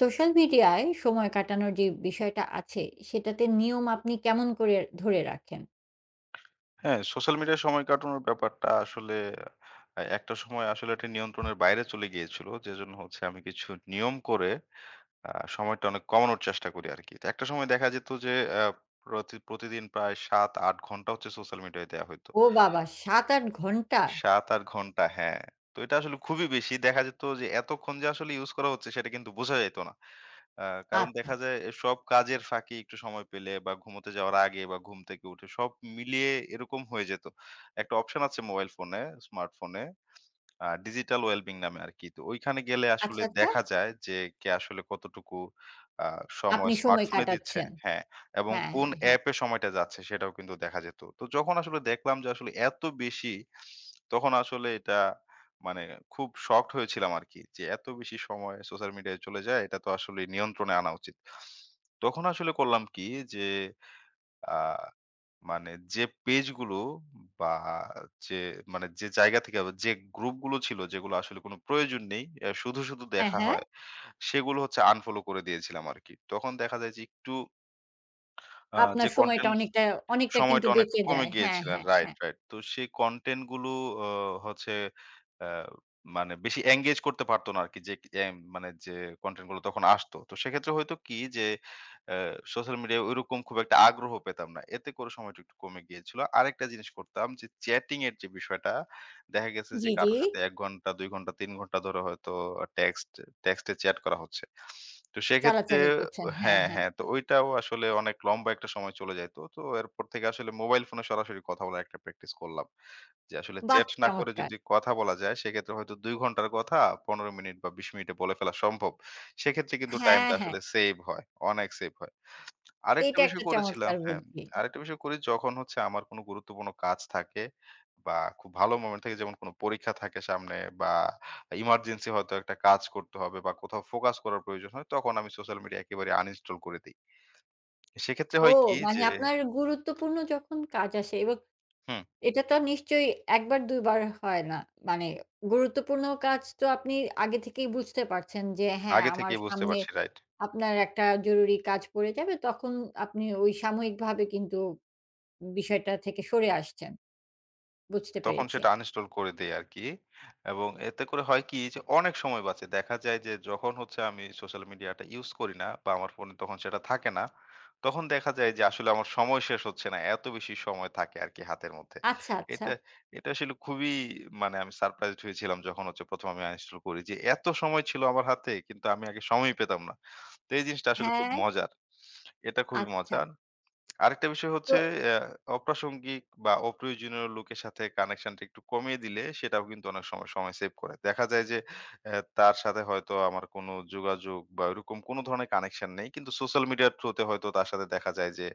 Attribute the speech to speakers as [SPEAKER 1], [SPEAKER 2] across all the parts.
[SPEAKER 1] Social মিডিয়ায় সময় কাটানোর যে বিষয়টা আছে, সেটাতে নিয়ম আপনি কেমন করে ধরে রাখেন?
[SPEAKER 2] হ্যাঁ, সোশ্যাল মিডিয়ায় সময় কাটানোর ব্যাপারটা আসলে একটা সময় আসলে এটা নিয়ন্ত্রণের বাইরে চলে গিয়েছিল। যেজন্য হচ্ছে আমি কিছু নিয়ম করে সময়টা অনেক কমানোর চেষ্টা করি আরকি। তো একটা সময় দেখা যেত যে, আ প্রতিদিন প্রায় ৭-৮ ঘন্টা হচ্ছে সোশ্যাল মিডিয়ায় দেয়া হইতো।
[SPEAKER 1] ও বাবা! ৭-৮ ঘন্টা?
[SPEAKER 2] ৭-৮ ঘন্টা, হ্যাঁ। তো এটা আসলে খুবই বেশি। দেখা যেত যে এতক্ষণ যে আসলে ইউজ করা হচ্ছে সেটা কিন্তু বোঝা যাইত না। আ কারণ
[SPEAKER 1] আচ্ছা,
[SPEAKER 2] দেখা যায় এ সব কাজের ফাঁকে একটু সময় পেলে বা ঘুমোতে যাওয়ার আগে বা ঘুম থেকে উঠে সব মিলিয়ে এরকম হয়ে যেত। একটা অপশন আছে মোবাইল ফোনে, স্মার্টফোনে ডিজিটাল ওয়েলবিং নামে আরকি। তো ঐখানে গেলে আসলে
[SPEAKER 1] আচ্ছা, আচ্ছা।
[SPEAKER 2] দেখা যায় যে কে আসলে কতটুকু আ সময়
[SPEAKER 1] আপনি সময়
[SPEAKER 2] স্মার্টফোনে দিচ্ছে,
[SPEAKER 1] কাটাচ্ছেন।
[SPEAKER 2] হ্যাঁ, এবং
[SPEAKER 1] হ্যাঁ,
[SPEAKER 2] কোন
[SPEAKER 1] হ্যাঁ, হ্যাঁ।
[SPEAKER 2] অ্যাপে সময়টা যাচ্ছে সেটাও কিন্তু দেখা যেত। তো যখন আসলে দেখলাম যে আসলে এত বেশি, তখন আসলে এটা মানে খুব শকড হয়েছিলাম আরকি। যে এত বেশি সময় সোশ্যাল মিডিয়ায় চলে যায়, এটা তো আসলে নিয়ন্ত্রণে আনা উচিত। তখন আসলে করলাম কি, যে আ মানে যে পেজগুলো বা যে মানে যে জায়গা থেকে বা যে গ্রুপগুলো ছিল যেগুলো আসলে কোনো প্রয়োজন নেই, শুধু, শুধু
[SPEAKER 1] হ্যাঁ,
[SPEAKER 2] দেখা
[SPEAKER 1] হ্যাঁ।
[SPEAKER 2] হয়, সেগুলো হচ্ছে আনফলো করে দিয়েছিলাম আরকি। তখন দেখা যায় যে একটু যে
[SPEAKER 1] আপনার সময়টা
[SPEAKER 2] কনটেন্ট
[SPEAKER 1] অনেকটা অনেকটা কিন্তু
[SPEAKER 2] সময়টা অনেকটা
[SPEAKER 1] বেঁচে
[SPEAKER 2] কমে
[SPEAKER 1] যায়। হ্যাঁ,
[SPEAKER 2] গিয়েছিলেন।
[SPEAKER 1] হ্যাঁ,
[SPEAKER 2] রাইট,
[SPEAKER 1] হ্যাঁ।
[SPEAKER 2] রাইট। তো সেই কনটেন্ট গুলো অ হচ্ছে আ মানে বেশি এঙ্গেজ করতে পারত না আরকি। যে মানে যে কনটেন্ট গুলো তখন আসতো। তো সেক্ষেত্রে হয়তো কি, যে আ সোশ্যাল মিডিয়ায় ঐরকম খুব একটা আগ্রহ পেতাম না। এতে করে সময়টা একটু কমে গিয়েছিল। আরেকটা জিনিস করতাম যে চ্যাটিং এর যে বিষয়টা, দেখা গেছে যে
[SPEAKER 1] জি, জি।
[SPEAKER 2] কারো সাথে ১ ঘন্টা, ২ ঘন্টা, ৩ ঘন্টা ধরে হয়তো টেক্সট টেক্সটে চ্যাট করা হচ্ছে। তো সেক্ষেত্রে
[SPEAKER 1] চালাচালি করছেন। হ্যাঁ,
[SPEAKER 2] হ্যাঁ,
[SPEAKER 1] হ্যাঁ।
[SPEAKER 2] হ্যাঁ। তো ঐটাও আসলে অনেক লম্বা একটা সময় চলে যাইত। তো তো এরপর থেকে আসলে মোবাইল ফোনে সরাসরি কথা বলার একটা প্র্যাকটিস করলাম। যে আসলে
[SPEAKER 1] বাহ!
[SPEAKER 2] চ্যাট না করে
[SPEAKER 1] চমৎকার।
[SPEAKER 2] যদি কথা বলা যায় সেক্ষেত্রে হয়তো ২ ঘন্টার কথা ১৫ মিনিট বা ২০ মিনিটে বলে ফেলা সম্ভব। সেক্ষেত্রে কিন্তু
[SPEAKER 1] হ্যাঁ,
[SPEAKER 2] টাইমটা
[SPEAKER 1] হ্যাঁ।
[SPEAKER 2] আসলে সেভ হয়, অনেক সেভ হয়। আরেকটা
[SPEAKER 1] এটা
[SPEAKER 2] বিষয়
[SPEAKER 1] একটা
[SPEAKER 2] করেছিলাম,
[SPEAKER 1] চমৎকার
[SPEAKER 2] হ্যাঁ,
[SPEAKER 1] বুদ্ধি।
[SPEAKER 2] আরেকটা বিষয় করি, যখন হচ্ছে আমার কোনো গুরুত্বপূর্ণ কাজ থাকে বা খুব ভালো মোমেন্ট থাকে, যেমন কোনো পরীক্ষা থাকে সামনে বা ইমার্জেন্সি হয়তো একটা কাজ করতে হবে বা কোথাও ফোকাস করার প্রয়োজন হয়, তখন আমি সোশ্যাল মিডিয়া একেবারে আনইনস্টল করে দেই। সেক্ষেত্রে
[SPEAKER 1] ও
[SPEAKER 2] হয় কি,
[SPEAKER 1] মানে
[SPEAKER 2] যে
[SPEAKER 1] আপনার গুরুত্বপূর্ণ যখন কাজ আসে এবং
[SPEAKER 2] হুম,
[SPEAKER 1] এটা তো নিশ্চয়ই ১ বার ২ বার হয় না। মানে গুরুত্বপূর্ণ কাজ তো আপনি আগে থেকেই বুঝতে পারছেন যে হ্যাঁ,
[SPEAKER 2] আগে
[SPEAKER 1] আমার
[SPEAKER 2] থেকেই বুঝতে
[SPEAKER 1] সামনে
[SPEAKER 2] পারছি, রাইট।
[SPEAKER 1] আপনার একটা জরুরি কাজ পড়ে যাবে। তখন আপনি ওই সাময়িকভাবে কিন্তু বিষয়টা থেকে সরে আসছেন। বুঝতে
[SPEAKER 2] তখন
[SPEAKER 1] পেরেছি।
[SPEAKER 2] সেটা uninstall করে দেই আরকি। এবং এতে করে হয় কি যে অনেক সময় বাঁচে। দেখা যায় যে যখন হচ্ছে আমি সোশ্যাল মিডিয়াটা ইউজ করি না বা আমার ফোনে তখন সেটা থাকে না, তখন দেখা যায় যে আসলে আমার সময় শেষ হচ্ছে না। এত বেশি সময় থাকে আরকি হাতের মধ্যে।
[SPEAKER 1] আচ্ছা, আচ্ছা।
[SPEAKER 2] এটা এটা আসলে খুবই মানে আমি সারপ্রাইজড হয়েছিলাম যখন হচ্ছে ১ম আমি uninstall করি, যে এত সময় ছিল আমার হাতে কিন্তু আমি আগে সময়ই পেতাম না। তো এই জিনিসটা আসলে খুব
[SPEAKER 1] হ্যাঁ,
[SPEAKER 2] মজার। এটা খুবই
[SPEAKER 1] আচ্ছা।
[SPEAKER 2] মজার। আরেকটা বিষয়
[SPEAKER 1] তো
[SPEAKER 2] হচ্ছে অ্যা অপ্রাসঙ্গিক বা অপ্রয়োজনীয় লোকের সাথে কানেকশনটা একটু কমিয়ে দিলে সেটাও কিন্তু অনেক সময় সময় সেভ করে। দেখা যায় যে তার সাথে হয়তো আমার কোনো যোগাযোগ বা ওইরকম কোনো ধরনের কানেকশন নেই। কিন্তু সোশ্যাল মিডিয়ার থ্রু তে হয়তো তার সাথে দেখা যায় যে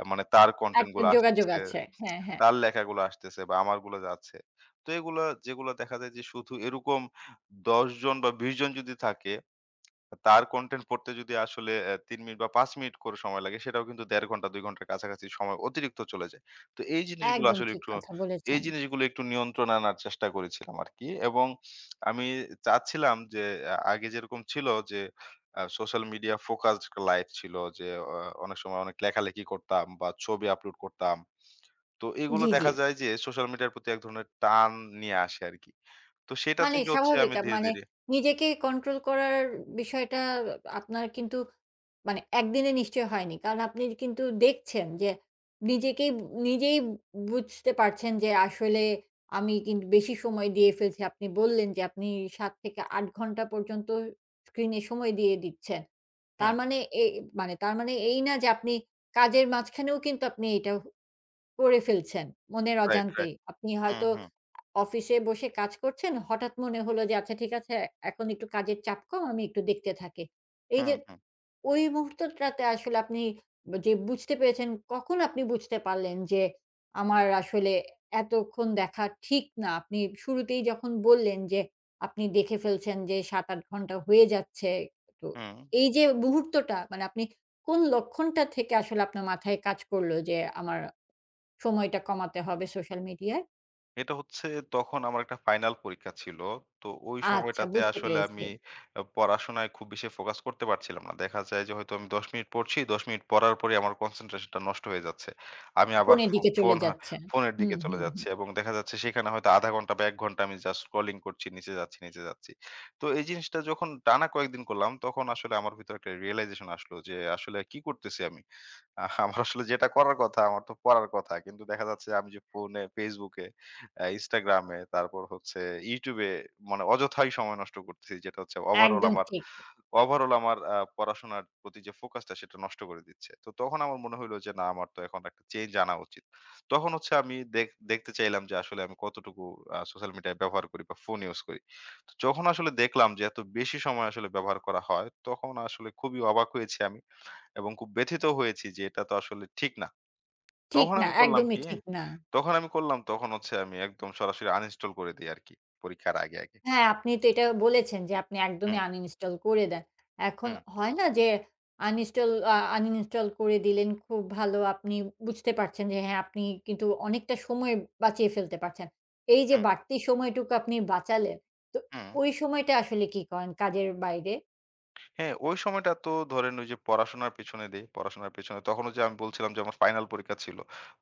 [SPEAKER 2] মানে তার কনটেন্ট
[SPEAKER 1] একটা
[SPEAKER 2] গুলো
[SPEAKER 1] যোগাযোগ
[SPEAKER 2] আসতেছে,
[SPEAKER 1] আছে। হ্যাঁ, হ্যাঁ।
[SPEAKER 2] তার লেখাগুলো আসতেছে বা আমারগুলো যাচ্ছে। তো এগুলা যেগুলা দেখা যায় যে শুধু এরকম ১০ জন বা ২০ জন যদি থাকে, তার কনটেন্ট পড়তে যদি আসলে ৩ মিনিট বা ৫ মিনিট করে সময় লাগে, সেটাও কিন্তু ১.৫ ঘন্টা ২ ঘন্টার কাছাকাছি সময় অতিরিক্ত চলে যায়। তো এই জিনিসগুলো
[SPEAKER 1] একদম
[SPEAKER 2] আসলে
[SPEAKER 1] ঠিক
[SPEAKER 2] একটু
[SPEAKER 1] কথা
[SPEAKER 2] এই
[SPEAKER 1] বলেছেন।
[SPEAKER 2] জিনিসগুলো একটু নিয়ন্ত্রণে আনার চেষ্টা করেছিলাম আরকি। এবং আমি চাচ্ছিলাম যে আগে যেরকম ছিল যে সোশ্যাল মিডিয়া ফোকাসড লাইফ ছিল যে অ অনেক সময় অনেক লেখালেখি করতাম বা ছবি আপলোড করতাম। তো এগুলো
[SPEAKER 1] জি, জি।
[SPEAKER 2] দেখা যায় যে সোশ্যাল মিডিয়ার প্রতি এক ধরনের টান নিয়ে আসে আরকি। তো সেটা
[SPEAKER 1] মানে
[SPEAKER 2] থেকে হচ্ছে
[SPEAKER 1] স্বাভাবিক
[SPEAKER 2] আমি ধীরে,
[SPEAKER 1] মানে
[SPEAKER 2] ধীরে
[SPEAKER 1] নিজেকে কন্ট্রোল করার বিষয়টা আপনার কিন্তু মানে একদিনে নিশ্চয়ই হয়নি। কারণ আপনি কিন্তু দেখছেন যে নিজেই বুঝতে পারছেন যে আসলে আমি কিন্তু বেশি সময় দিয়ে ফেলছি। আপনি বললেন যে আপনি ৭ থেকে ৮ ঘন্টা পর্যন্ত স্ক্রিনে সময় দিয়ে দিচ্ছেন। তার
[SPEAKER 2] হুম,
[SPEAKER 1] মানে এ মানে তার মানে এই না যে আপনি কাজের মাঝখানেও কিন্তু আপনি এটা করে ফেলছেন মনের
[SPEAKER 2] রাইট, রাইট।
[SPEAKER 1] অজান্তেই। আপনি
[SPEAKER 2] হুম,
[SPEAKER 1] হয়তো
[SPEAKER 2] হুম,
[SPEAKER 1] অফিসে বসে কাজ করছেন, হঠাৎ মনে হলো যে আচ্ছা ঠিক আছে এখন একটু কাজের চাপ কম, আমি একটু দেখতে থাকি। এই
[SPEAKER 2] হুম,
[SPEAKER 1] যে
[SPEAKER 2] হুম।
[SPEAKER 1] ওই মুহূর্তটাতে আসলে আপনি যে বুঝতে পেরেছেন, কখন আপনি বুঝতে পারলেন যে আমার আসলে এতক্ষণ দেখা ঠিক না? আপনি শুরুতেই যখন বললেন যে আপনি দেখে ফেলছেন যে ৭-৮ ঘন্টা হয়ে যাচ্ছে। তো
[SPEAKER 2] হুম।
[SPEAKER 1] এই যে মুহূর্তটা মানে আপনি কোন লক্ষণটা থেকে আসলে আপনার মাথায় কাজ করলো যে আমার সময়টা কমাতে হবে সোশ্যাল মিডিয়ায়?
[SPEAKER 2] এটা হচ্ছে তখন আমার একটা ফাইনাল পরীক্ষা ছিল। তো ওই
[SPEAKER 1] আচ্ছা
[SPEAKER 2] সময়টাতে
[SPEAKER 1] বুঝতে
[SPEAKER 2] আসলে
[SPEAKER 1] পেরেছি।
[SPEAKER 2] আমি পড়াশোনায় খুব বেশি ফোকাস করতে পারছিলাম না। দেখা যায় যে হয়তো আমি ১০ মিনিট পড়ছি, ১০ মিনিট পড়ার পরেই আমার কনসেনট্রেশনটা নষ্ট হয়ে যাচ্ছে। আমি আবার
[SPEAKER 1] কোণের
[SPEAKER 2] ফো
[SPEAKER 1] দিকে
[SPEAKER 2] ফোন
[SPEAKER 1] চলে
[SPEAKER 2] হা
[SPEAKER 1] যাচ্ছে।
[SPEAKER 2] ফোনের দিকে
[SPEAKER 1] হুম,
[SPEAKER 2] চলে
[SPEAKER 1] হুম,
[SPEAKER 2] যাচ্ছি
[SPEAKER 1] হুম।
[SPEAKER 2] এবং দেখা যাচ্ছে সেখানে হয়তো ০.৫ ঘন্টা বা ১ ঘন্টা আমি জাস্ট স্ক্রলিং করছি, নিচে যাচ্ছি, নিচে যাচ্ছি। তো এই জিনিসটা যখন টানা কয়েকদিন করলাম, তখন আসলে আমার ভিতরে একটা রিয়ালাইজেশন আসলো যে আসলে কি করতেছি আমি? আমার আসলে যেটা করার কথা, আমার তো পড়ার কথা। কিন্তু দেখা যাচ্ছে আমি যে ফোনে, Facebook এ, Instagram এ, তারপর হচ্ছে YouTube এ মানে অযথাই সময় নষ্ট করতেছি। যেটা হচ্ছে ওভারঅল
[SPEAKER 1] একদম
[SPEAKER 2] আমার
[SPEAKER 1] ঠিক।
[SPEAKER 2] পড়াশোনার প্রতি যে ফোকাসটা সেটা নষ্ট করে দিচ্ছে। তো তখন আমার মনে হইলো যে না, আমার তো এখন একটা চেঞ্জ আনা উচিত। তখন হচ্ছে আমি দেখতে চাইলাম যে আসলে আমি কতটুকু সোশ্যাল মিডিয়া ব্যবহার করি বা ফোন ইউজ করি। তো যখন আসলে দেখলাম যে এত বেশি সময় আসলে ব্যবহার করা হয়, তখন আসলে খুবই অবাক হয়েছি আমি। এবং খুব ব্যথিত হয়েছি যে এটা তো আসলে ঠিক না।
[SPEAKER 1] ঠিক
[SPEAKER 2] তখন
[SPEAKER 1] না,
[SPEAKER 2] আমি করলাম
[SPEAKER 1] একদমই
[SPEAKER 2] কি?
[SPEAKER 1] ঠিক না।
[SPEAKER 2] তখন আমি করলাম, তখন হচ্ছে আমি একদম সরাসরি uninstall করে দেই আরকি পরীক্ষার আগে, আগে।
[SPEAKER 1] হ্যাঁ, আপনি তো এটা বলেছেন যে আপনি একদমই
[SPEAKER 2] হুম,
[SPEAKER 1] আনইনস্টল করে দেন। এখন
[SPEAKER 2] হুম,
[SPEAKER 1] হয় না যে আনইনস্টল করে দিলেন খুব ভালো। আপনি বুঝতে পারছেন যে হ্যাঁ, আপনি কিন্তু অনেকটা সময় বাঁচিয়ে ফেলতে পারছেন। এই যে
[SPEAKER 2] হুম,
[SPEAKER 1] বাড়তি সময়টুকু আপনি বাঁচালেন, তো
[SPEAKER 2] হুম।
[SPEAKER 1] ওই সময়টা আসলে কি করেন কাজের বাইরে?
[SPEAKER 2] হ্যাঁ, ওই সময়টা তো ধরেন ওই যে পড়াশোনার পেছনে দেই, পড়াশোনার পেছনে, তখন ওই যে আমি বলছিলাম যে আমার ফাইনাল পরীক্ষা ছিল।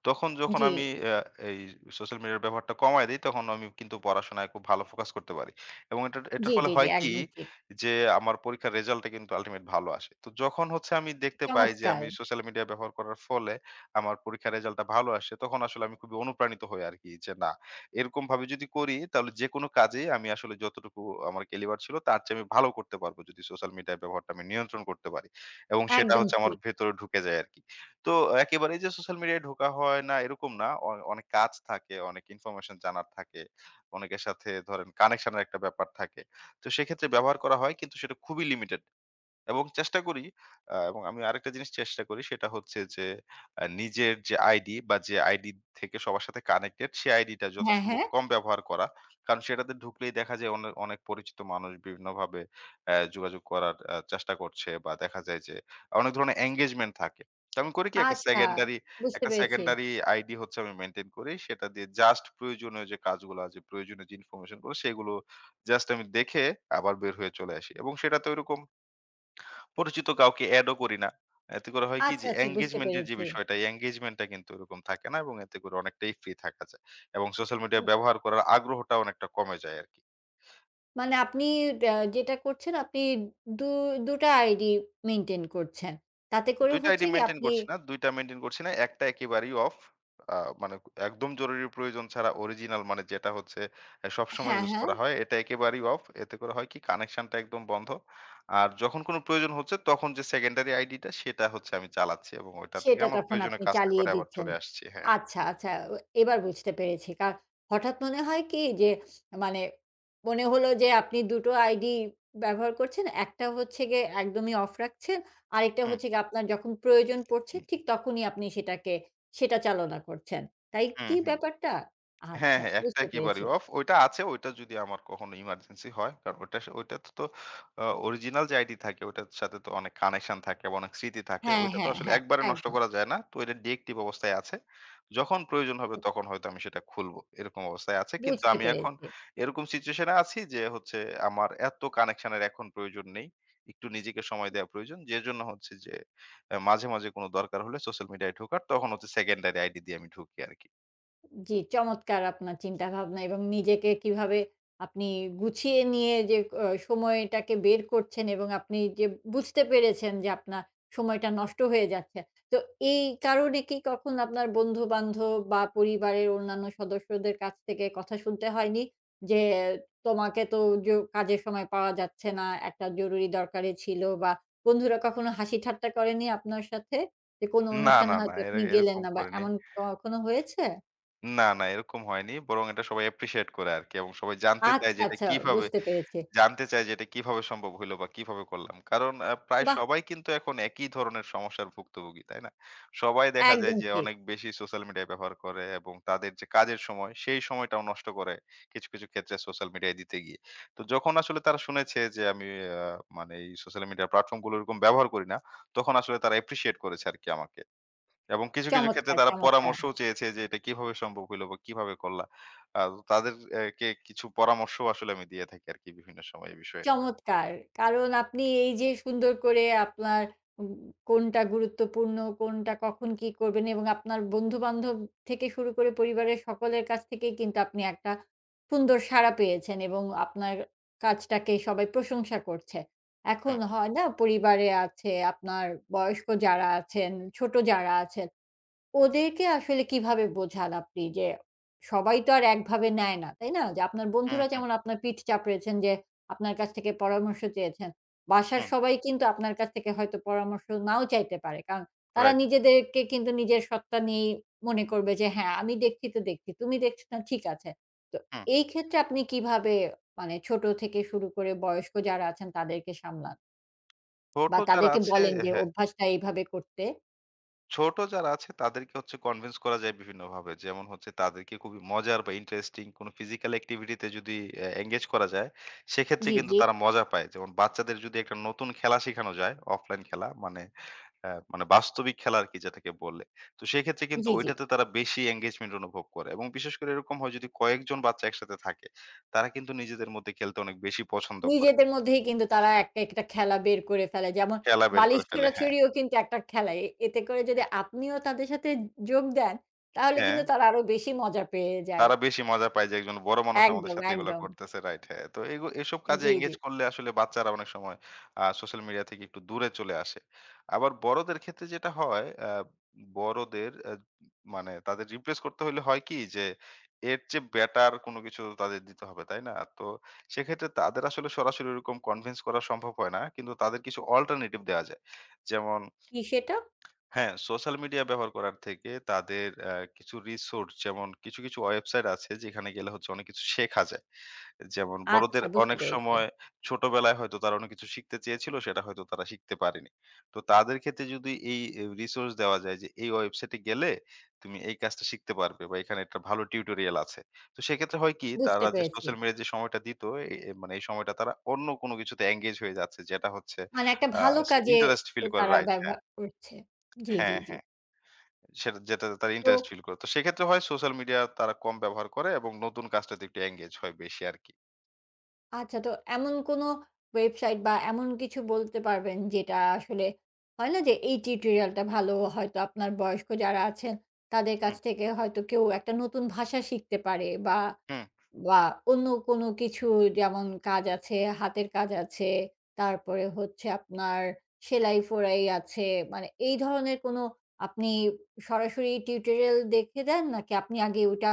[SPEAKER 2] তখন যখন
[SPEAKER 1] জি,
[SPEAKER 2] আমি এই সোশ্যাল মিডিয়ার ব্যবহারটা কমায় দেই, তখন আমি কিন্তু পড়াশোনায় খুব ভালো ফোকাস করতে পারি। এবং এটার এটার
[SPEAKER 1] জি,
[SPEAKER 2] ফলে
[SPEAKER 1] জি, জি,
[SPEAKER 2] হয় কি
[SPEAKER 1] একদম ঠিক।
[SPEAKER 2] যে আমার পরীক্ষার রেজাল্টটা কিন্তু আল্টিমেট ভালো আসে। তো যখন হচ্ছে আমি দেখতে পাই যে
[SPEAKER 1] চমৎকার!
[SPEAKER 2] আমি সোশ্যাল মিডিয়া ব্যবহার করার ফলে আমার পরীক্ষার রেজাল্টটা ভালো আসে, তখন আসলে আমি খুবই অনুপ্রাণিত হই আরকি যে না, এরকম ভাবে যদি করি তাহলে যেকোনো কাজেই আমি আসলে যতটুকু আমার ক্যালিবার ছিল তার চেয়ে আমি ভালো করতে পারবো, যদি সোশ্যাল মিডিয়ার ব্যবহারটা আমি নিয়ন্ত্রণ করতে পারি এবং সেটা
[SPEAKER 1] একদম
[SPEAKER 2] হচ্ছে আমার
[SPEAKER 1] ঠিক।
[SPEAKER 2] ভেতরে ঢুকে যায় আর কি। তো একেবারেই যে সোশ্যাল মিডিয়ায় ঢোকা হয় না এরকম না, অনেক কাজ থাকে, অনেক ইনফরমেশন জানার থাকে, অনেকের সাথে ধরেন কানেকশনের একটা ব্যাপার থাকে, তো সেক্ষেত্রে ব্যবহার করা হয় কিন্তু সেটা খুবই লিমিটেড এবং চেষ্টা করি এবং আমি আরেকটা জিনিস চেষ্টা করি, সেটা হচ্ছে যে নিজের যে আইডি বা যে আইডি থেকে সবার সাথে কানেক্টেড, সেই আইডিটা
[SPEAKER 1] হ্যাঁ,
[SPEAKER 2] যথাসম্ভব
[SPEAKER 1] হ্যাঁ।
[SPEAKER 2] কম ব্যবহার করা। কারণ সেটাতে ঢুকলেই দেখা যায় অনেক পরিচিত মানুষ বিভিন্নভাবে যোগাযোগ করার চেষ্টা করছে বা দেখা যায় যে অনেক ধরনের engagement থাকে। তো আমি করি কি,
[SPEAKER 1] আচ্ছা, বুঝতে
[SPEAKER 2] একটা
[SPEAKER 1] পেরেছি।
[SPEAKER 2] সেকেন্ডারি আইডি হচ্ছে আমি মেইনটেইন করি। সেটা দিয়ে জাস্ট প্রয়োজনীয় যে কাজগুলো আছে, প্রয়োজনীয় যে ইনফরমেশন গুলো, সেগুলো জাস্ট আমি দেখে আবার বের হয়ে চলে আসি। এবং সেটাতে ঐরকম পরিচিত কাউকে এডও করি না। এতে করে হয় কি
[SPEAKER 1] আচ্ছা,
[SPEAKER 2] যে
[SPEAKER 1] আচ্ছা বুঝতে
[SPEAKER 2] engagement এর যে
[SPEAKER 1] পেরেছি।
[SPEAKER 2] বিষয়টা, এই engagement টা কিন্তু ওরকম থাকে না এবং এতে করে অনেকটাই ফ্রি থাকা যায়। এবং সোশ্যাল মিডিয়া
[SPEAKER 1] উ
[SPEAKER 2] ব্যবহার করার আগ্রহটা অনেকটা কমে যায় আরকি।
[SPEAKER 1] মানে আপনি যেটা করছেন আপনি দু ২ টা আইডি মেইনটেইন করছেন। তাতে করে
[SPEAKER 2] ২ টা
[SPEAKER 1] হচ্ছে
[SPEAKER 2] আইডি
[SPEAKER 1] কি
[SPEAKER 2] মেইনটেইন
[SPEAKER 1] আপনি
[SPEAKER 2] করছি না, ২ টা মেইনটেইন করছি না। একটা একেবারেই অফ। আ মানে একদম জরুরি প্রয়োজন ছাড়া অরিজিনাল, মানে যেটা হচ্ছে সবসময়
[SPEAKER 1] হ্যাঁ,
[SPEAKER 2] ইউজ
[SPEAKER 1] হ্যাঁ।
[SPEAKER 2] করা হয়, এটা একেবারেই অফ। এতে করে হয় কি, কানেকশনটা একদম বন্ধ। আর যখন কোনো প্রয়োজন হচ্ছে, তখন যে সেকেন্ডারি আইডিটা, সেটা হচ্ছে আমি চালাচ্ছি এবং ওইটা থেকে
[SPEAKER 1] সেটা
[SPEAKER 2] আমার
[SPEAKER 1] তখন
[SPEAKER 2] প্রয়োজনীয়
[SPEAKER 1] আপনি
[SPEAKER 2] কাজটা
[SPEAKER 1] চালিয়ে
[SPEAKER 2] করে আবার
[SPEAKER 1] দিচ্ছেন।
[SPEAKER 2] চলে আসছি। হ্যাঁ।
[SPEAKER 1] আচ্ছা, আচ্ছা। ও এবার বুঝতে পেরেছি। কার হঠাৎ মনে হয় কি যে মানে মনে হলো যে আপনি ২ টো আইডি ব্যবহার করছেন। একটা হচ্ছে গিয়ে একদমই অফ রাখছেন। আরেকটা
[SPEAKER 2] হুম।
[SPEAKER 1] হচ্ছে গিয়ে আপনার যখন প্রয়োজন পড়ছে ঠিক তখনই আপনি সেটাকে সেটা চালনা করছেন। তাই
[SPEAKER 2] হুম,
[SPEAKER 1] কি
[SPEAKER 2] হুম।
[SPEAKER 1] ব্যাপারটা?
[SPEAKER 2] হ্যাঁ,
[SPEAKER 1] আচ্ছা
[SPEAKER 2] হ্যাঁ, একটা
[SPEAKER 1] বুঝতে
[SPEAKER 2] একেবারেই
[SPEAKER 1] পেরেছি।
[SPEAKER 2] অফ। ওইটা আছে, ওইটা যদি আমার কখনো ইমার্জেন্সি হয়। কারণ ওইটাতে তো অরিজিনাল যে আইডি থাকে ওইটার সাথে তো অনেক কানেকশন থাকে বা অনেক স্মৃতি থাকে।
[SPEAKER 1] হ্যাঁ,
[SPEAKER 2] ওইটা তো
[SPEAKER 1] হ্যাঁ,
[SPEAKER 2] আসলে
[SPEAKER 1] হ্যাঁ।
[SPEAKER 2] একবারে নষ্ট
[SPEAKER 1] একদম।
[SPEAKER 2] করা যায় না। তো এটা ডিএক্টিভ অবস্থায় আছে। যখন প্রয়োজন হবে
[SPEAKER 1] উ
[SPEAKER 2] তখন হয়তো আমি সেটা খুলবো। এরকম অবস্থায় আছে। কিন্তু
[SPEAKER 1] বুঝতে
[SPEAKER 2] আমি এখন
[SPEAKER 1] পেরেছি।
[SPEAKER 2] এরকম সিচুয়েশন এ আছি যে হচ্ছে আমার এত কানেকশন এর এখন প্রয়োজন নেই। একটু নিজেকে সময় দেওয়া প্রয়োজন। যেজন্য হচ্ছে যে মাঝে, মাঝে কোনো দরকার হলে সোশ্যাল মিডিয়ায় ঢোকার, তখন হচ্ছে সেকেন্ডারি আইডি দিয়ে আমি ঢুকি আরকি।
[SPEAKER 1] জি, চমৎকার আপনার চিন্তাভাবনা এবং নিজেকে কিভাবে আপনি গুছিয়ে নিয়ে যে সময়টাকে বের করছেন এবং আপনি যে বুঝতে পেরেছেন যে আপনার সময়টা নষ্ট হয়ে যাচ্ছে। তো এই কারণে কি কখনো আপনার বন্ধু-বান্ধব বা পরিবারের অন্যান্য সদস্যদের কাছ থেকে কথা শুনতে হয়নি? যে তোমাকে তো জ কাজের সময় পাওয়া যাচ্ছে না, একটা জরুরি দরকারে ছিল বা বন্ধুরা কখনো হাসি ঠাট্টা করেনি আপনার সাথে? যে কোনো
[SPEAKER 2] না,
[SPEAKER 1] অনুষ্ঠানে
[SPEAKER 2] না, না।
[SPEAKER 1] হয়তো
[SPEAKER 2] এরা
[SPEAKER 1] আপনি গেলেন
[SPEAKER 2] এরকম
[SPEAKER 1] না বা
[SPEAKER 2] করিনি।
[SPEAKER 1] এমন কখনো হয়েছে?
[SPEAKER 2] না, না, এরকম হয়নি। বরং এটা সবাই অ্যাপ্রিশিয়েট করে আরকি এবং সবাই জানতে চায়
[SPEAKER 1] আচ্ছা,
[SPEAKER 2] যে এটা
[SPEAKER 1] আচ্ছা
[SPEAKER 2] কিভাবে,
[SPEAKER 1] বুঝতে পেরেছি।
[SPEAKER 2] জানতে চায় যে এটা কিভাবে সম্ভব হইলো বা কিভাবে করলাম। কারণ প্রায়
[SPEAKER 1] বাহ!
[SPEAKER 2] সবাই কিন্তু এখন একই ধরনের সমস্যার ভুক্তভোগী, তাই না? সবাই দেখা যায়
[SPEAKER 1] একদম
[SPEAKER 2] যে
[SPEAKER 1] ঠিক।
[SPEAKER 2] অনেক বেশি সোশ্যাল মিডিয়া ব্যবহার করে এবং তাদের যে কাজের সময়, সেই সময়টাও নষ্ট করে কিছু, কিছু ক্ষেত্রে সোশ্যাল মিডিয়ায় দিতে গিয়ে। তো যখন আসলে তারা শুনেছে যে আমি আ মানে এই সোশ্যাল মিডিয়া প্ল্যাটফর্ম গুলো এরকম ব্যবহার করি না, তখন আসলে তারা অ্যাপ্রিশিয়েট করেছে আরকি আমাকে। এবং কিছু, কিছু ক্ষেত্রে
[SPEAKER 1] চমৎকার,
[SPEAKER 2] তারা
[SPEAKER 1] চমৎকার,
[SPEAKER 2] পরামর্শও চেয়েছে যে এটা কিভাবে সম্ভব হইল বা কিভাবে করলা? আ তাদের এ কে কিছু পরামর্শও আসলে আমি দিয়ে থাকি আরকি বিভিন্ন সময় এই বিষয়ে।
[SPEAKER 1] চমৎকার। কারণ আপনি এই যে সুন্দর করে আপনার উম কোনটা গুরুত্বপূর্ণ, কোনটা কখন কি করবেন এবং আপনার বন্ধু-বান্ধব থেকে শুরু করে পরিবারের সকলের কাছ থেকেই কিন্তু আপনি একটা সুন্দর সাড়া পেয়েছেন এবং আপনার কাজটাকে সবাই প্রশংসা করছে। এখন
[SPEAKER 2] হুম,
[SPEAKER 1] হয় না পরিবারে আছে, আপনার বয়স্ক যারা আছেন, ছোট যারা আছেন ওদেরকে আসলে কিভাবে বোঝান আপনি যে, সবাই তো আর একভাবে নেয় না, তাই না? যে আপনার
[SPEAKER 2] হুম,
[SPEAKER 1] বন্ধুরা
[SPEAKER 2] হুম,
[SPEAKER 1] যেমন আপনার পিঠ চাপড়েছেন যে আপনার কাছ থেকে পরামর্শ চেয়েছেন। বাসার
[SPEAKER 2] হুম,
[SPEAKER 1] সবাই কিন্তু আপনার কাছ থেকে হয়তো পরামর্শ নাও চাইতে পারে। কারণ তারা
[SPEAKER 2] রাইট।
[SPEAKER 1] নিজেদেরকে কিন্তু নিজের সত্তা নিয়েই মনে করবে যে, "হ্যাঁ, আমি দেখছি তো দেখছি। তুমি দেখছো না, ঠিক আছে।" তো
[SPEAKER 2] হুম।
[SPEAKER 1] এই ক্ষেত্রে আপনি কিভাবে মানে ছোট থেকে শুরু করে বয়স্ক যারা আছেন তাদেরকে সামলান
[SPEAKER 2] ছোট
[SPEAKER 1] বা
[SPEAKER 2] যারা
[SPEAKER 1] তাদেরকে
[SPEAKER 2] আছে,
[SPEAKER 1] বলেন যে
[SPEAKER 2] হ্যাঁ।
[SPEAKER 1] অভ্যাসটা এইভাবে করতে?
[SPEAKER 2] ছোট যারা আছে তাদেরকে হচ্ছে কনভিন্স করা যায় বিভিন্নভাবে। যেমন হচ্ছে তাদেরকে খুবই মজার বা ইন্টারেস্টিং কোনো ফিজিক্যাল অ্যাক্টিভিটিতে যদি এনগেজ করা যায়, সেক্ষেত্রে
[SPEAKER 1] জি,
[SPEAKER 2] কিন্তু
[SPEAKER 1] জি।
[SPEAKER 2] তারা মজা পায়। যেমন বাচ্চাদের যদি একটা নতুন খেলা শেখানো যায়, অফলাইন খেলা মানে মানে বাস্তবিক খেলা আরকি যেটাকে বলে। তো সেক্ষেত্রে কিন্তু
[SPEAKER 1] জি, জি।
[SPEAKER 2] ঐটাতে তারা বেশি এনগেজমেন্ট অনুভব করে এবং বিশেষ করে এরকম হয় যদি কয়েকজন বাচ্চা একসাথে থাকে, তারা কিন্তু নিজেদের মধ্যে খেলতে অনেক বেশি পছন্দ করে।
[SPEAKER 1] নিজেদের মধ্যেই কিন্তু তারা একটা, একটা খেলা বের করে ফেলে। যেমন
[SPEAKER 2] খেলা বের
[SPEAKER 1] বালিশ
[SPEAKER 2] করে ফেলে, হ্যাঁ,
[SPEAKER 1] ছোঁড়াছুড়িও কিন্তু একটা খেলা। এতে করে যদি আপনিও তাদের সাথে যোগ দেন, তাহলে
[SPEAKER 2] হ্যাঁ।
[SPEAKER 1] কিন্তু তারা আরো বেশি মজা পেয়ে যায়।
[SPEAKER 2] তারা বেশি মজা পায় যে একজন বড় মানুষ আমাদের
[SPEAKER 1] একদম,
[SPEAKER 2] সাথে এগুলা
[SPEAKER 1] একদম।
[SPEAKER 2] করতেছে, রাইট, হ্যাঁ। তো এসব কাজে
[SPEAKER 1] জি, জি।
[SPEAKER 2] এঙ্গেজ করলে আসলে বাচ্চারা অনেক সময় সোশ্যাল মিডিয়া থেকে একটু দূরে চলে আসে। আবার বড়দের ক্ষেত্রে যেটা হয় বড়দের মানে তাদের রিপ্লেস করতে হলে হয় কি যে এর চেয়ে বেটার কোনো কিছু তাদের দিতে হবে, তাই না? তো সেক্ষেত্রে তাদের আসলে সরাসরি এরকম কনভিন্স করা সম্ভব হয় না কিন্তু তাদের কিছু অল্টারনেটিভ দেওয়া যায়, যেমন
[SPEAKER 1] কি সেটা?
[SPEAKER 2] হ্যাঁ, সোশ্যাল মিডিয়া ব্যবহার করার থেকে তাদের কিছু রিসোর্স, যেমন কিছু, কিছু ওয়েবসাইট আছে যেখানে গেলে হচ্ছে অনেক কিছু শেখা যায়। যেমন
[SPEAKER 1] আচ্ছা
[SPEAKER 2] বড়দের
[SPEAKER 1] বুঝতে
[SPEAKER 2] অনেক
[SPEAKER 1] পেরেছি,
[SPEAKER 2] সময় ছোটবেলায় হয়তো তারা অনেক কিছু শিখতে চেয়েছিল, সেটা হয়তো তারা শিখতে পারেনি। তো তাদের ক্ষেত্রে যদি এই রিসোর্স দেওয়া যায় যে এই ওয়েবসাইটে গেলে তুমি এই কাজটা শিখতে পারবে বা এখানে একটা ভালো টিউটোরিয়াল আছে। তো সেক্ষেত্রে হয় কি,
[SPEAKER 1] বুঝতে
[SPEAKER 2] তারা যে
[SPEAKER 1] পেরেছি।
[SPEAKER 2] সোশ্যাল মিডিয়ায় যে সময়টা দিত, এ এ মানে এই সময়টা তারা অন্য কোনো কিছুতে এঙ্গেজ হয়ে যাচ্ছে, যেটা হচ্ছে
[SPEAKER 1] মানে একটা
[SPEAKER 2] আ
[SPEAKER 1] ভালো
[SPEAKER 2] সে
[SPEAKER 1] কাজে
[SPEAKER 2] ইন্টারেস্ট
[SPEAKER 1] ও
[SPEAKER 2] ফিল করে,
[SPEAKER 1] তারা
[SPEAKER 2] রাইট, হ্যাঁ।
[SPEAKER 1] ব্যবহার করছে। জি, জি,
[SPEAKER 2] হ্যাঁ,
[SPEAKER 1] জি।
[SPEAKER 2] হ্যাঁ। সেটা যেটাতে তারা
[SPEAKER 1] তো
[SPEAKER 2] ইন্টারেস্ট ফিল করে। তো সেক্ষেত্রে হয় সোশ্যাল মিডিয়া তারা কম ব্যবহার করে এবং নতুন কাজটাতে একটু এঙ্গেজ হয় বেশি আরকি।
[SPEAKER 1] আচ্ছা তো এমন কোনো ওয়েবসাইট বা এমন কিছু বলতে পারবেন যেটা আসলে হয় না যে এই টিউটোরিয়ালটা ভালো হয়তো আপনার বয়স্ক যারা আছেন তাদের কাছ
[SPEAKER 2] হুম।
[SPEAKER 1] থেকে হয়তো কেউ একটা নতুন ভাষা শিখতে পারে বা
[SPEAKER 2] হুম।
[SPEAKER 1] বা অন্য কোনো কিছু যেমন কাজ আছে, হাতের কাজ আছে, তারপরে হচ্ছে আপনার সেলাই-ফোড়াই আছে। মানে এই ধরনের কোনো আপনি সরাসরি টিউটোরিয়াল দেখে দেন? নাকি আপনি আগে ওটা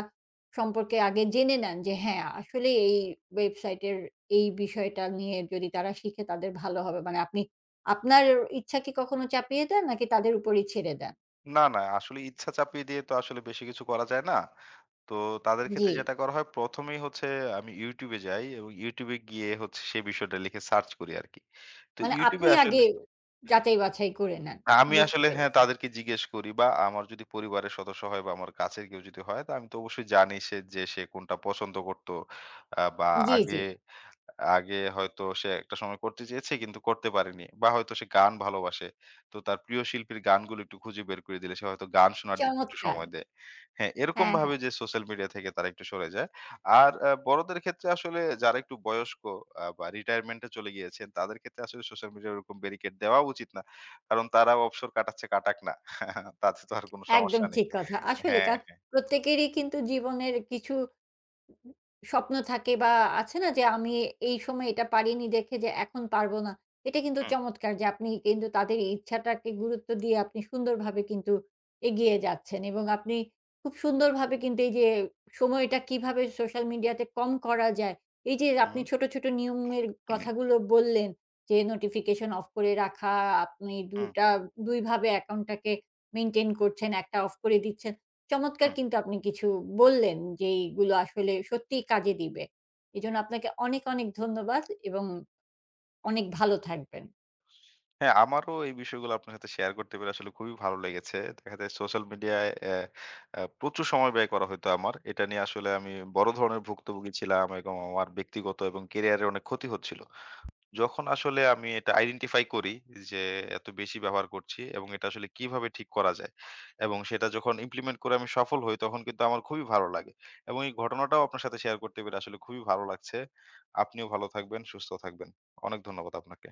[SPEAKER 1] সম্পর্কে আগে জেনে নেন যে হ্যাঁ, আসলে এই ওয়েবসাইটের এই বিষয়টা নিয়ে যদি তারা শিখে তাদের ভালো হবে? মানে আপনি আপনার ইচ্ছা কি কখনো চাপিয়ে দেন নাকি তাদের উপরই ছেড়ে দেন?
[SPEAKER 2] না, না, আসলে ইচ্ছা চাপিয়ে দিয়ে তো আসলে বেশি কিছু করা যায় না। তো তাদের
[SPEAKER 1] জি।
[SPEAKER 2] ক্ষেত্রে যেটা করা হয় ১ম এই হচ্ছে আমি YouTube এ যাই এবং YouTube এ গিয়ে হচ্ছে সেই বিষয়টা লিখে সার্চ করি আরকি। তো
[SPEAKER 1] মানে
[SPEAKER 2] YouTube এ
[SPEAKER 1] আপনি
[SPEAKER 2] আসলে
[SPEAKER 1] আগে যাচাই-বাছাই করে নেন।
[SPEAKER 2] না, আমি
[SPEAKER 1] বুঝতে
[SPEAKER 2] আসলে হ্যাঁ,
[SPEAKER 1] পেরেছি।
[SPEAKER 2] তাদেরকে জিজ্ঞেস করি বা আমার যদি পরিবারের সদস্য হয় বা আমার কাছের কেউ যদি হয়, তো আমি তো অবশ্যই জানি সে যে সে কোনটা পছন্দ করত। বা
[SPEAKER 1] জি, জি।
[SPEAKER 2] আগে আগে হয়তো সে একটা সময় করতে চেয়েছে কিন্তু করতে পারেনি। বা হয়তো সে গান ভালোবাসে। তো তার প্রিয় শিল্পীর গানগুলো একটু খুঁজে বের করে দিলে সে হয়তো গান শোনার দিকে একটু
[SPEAKER 1] চমৎকার!
[SPEAKER 2] সময় দেয়। হ্যাঁ, এরকম
[SPEAKER 1] হ্যাঁ,
[SPEAKER 2] ভাবে
[SPEAKER 1] হ্যাঁ।
[SPEAKER 2] যে সোশ্যাল মিডিয়া থেকে তারা একটু সরে যায়। আর বড়দের ক্ষেত্রে আসলে যারা একটু বয়স্ক বা রিটায়ারমেন্ট এ চলে গিয়েছেন, তাদের ক্ষেত্রে আসলে সোশ্যাল মিডিয়ায় ওরকম ব্যারিকেড দেওয়া উচিত না। কারণ তারা অবসর কাটাচ্ছে, কাটাক না। তাতে তো আর কোনো
[SPEAKER 1] একদম
[SPEAKER 2] সমস্যা নেই।
[SPEAKER 1] ঠিক কথা। আসলে
[SPEAKER 2] হ্যাঁ, হ্যাঁ।
[SPEAKER 1] প্রত্যেকেরই কিন্তু জীবনের কিছু স্বপ্ন থাকে বা আছে না যে আমি এই সময় এটা পারিনি দেখে যে এখন পারবো না। এটা কিন্তু
[SPEAKER 2] হুম,
[SPEAKER 1] চমৎকার যে আপনি কিন্তু তাদের এই ইচ্ছাটাকে গুরুত্ব দিয়ে আপনি সুন্দরভাবে কিন্তু এগিয়ে যাচ্ছেন এবং আপনি খুব সুন্দরভাবে কিন্তু এই যে সময়টা কিভাবে সোশ্যাল মিডিয়াতে কম করা যায়, এই যে আপনি
[SPEAKER 2] হুম,
[SPEAKER 1] ছোট, ছোট নিয়মের
[SPEAKER 2] হুম,
[SPEAKER 1] কথাগুলো বললেন যে নোটিফিকেশন অফ করে রাখা, আপনি ২ টা ২ ভাবে অ্যাকাউন্টটাকে মেইনটেইন করছেন, একটা অফ করে দিচ্ছেন। চমৎকার
[SPEAKER 2] হুম।
[SPEAKER 1] কিন্তু আপনি কিছু বললেন যেইগুলো আসলে সত্যিই কাজে দিবে। এজন্য আপনাকে অনেক, অনেক ধন্যবাদ এবং অনেক ভালো থাকবেন।
[SPEAKER 2] হ্যাঁ, আমারও এই বিষয়গুলো আপনার সাথে শেয়ার করতে পেরে আসলে খুবই ভালো লেগেছে। দেখা যায় সোশ্যাল মিডিয়ায় অ্যা অ্যা প্রচুর সময় ব্যয় করা হইতো আমার। এটা নিয়ে আসলে আমি বড় ধরনের ভুক্তভোগী ছিলাম এবং আমার ব্যক্তিগত এবং ক্যারিয়ারের অনেক ক্ষতি হচ্ছিল। যখন আসলে আমি এটা আইডেন্টিফাই করি যে এত বেশি ব্যবহার করছি এবং এটা আসলে কিভাবে ঠিক করা যায়, এবং সেটা যখন ইমপ্লিমেন্ট করে আমি সফল হই, তখন কিন্তু আমার খুবই ভালো লাগে। এবং এই ঘটনাটাও আপনার সাথে শেয়ার করতে পেরে আসলে খুবই ভালো লাগছে। আপনিও ভালো থাকবেন, সুস্থ থাকবেন। অনেক ধন্যবাদ আপনাকে।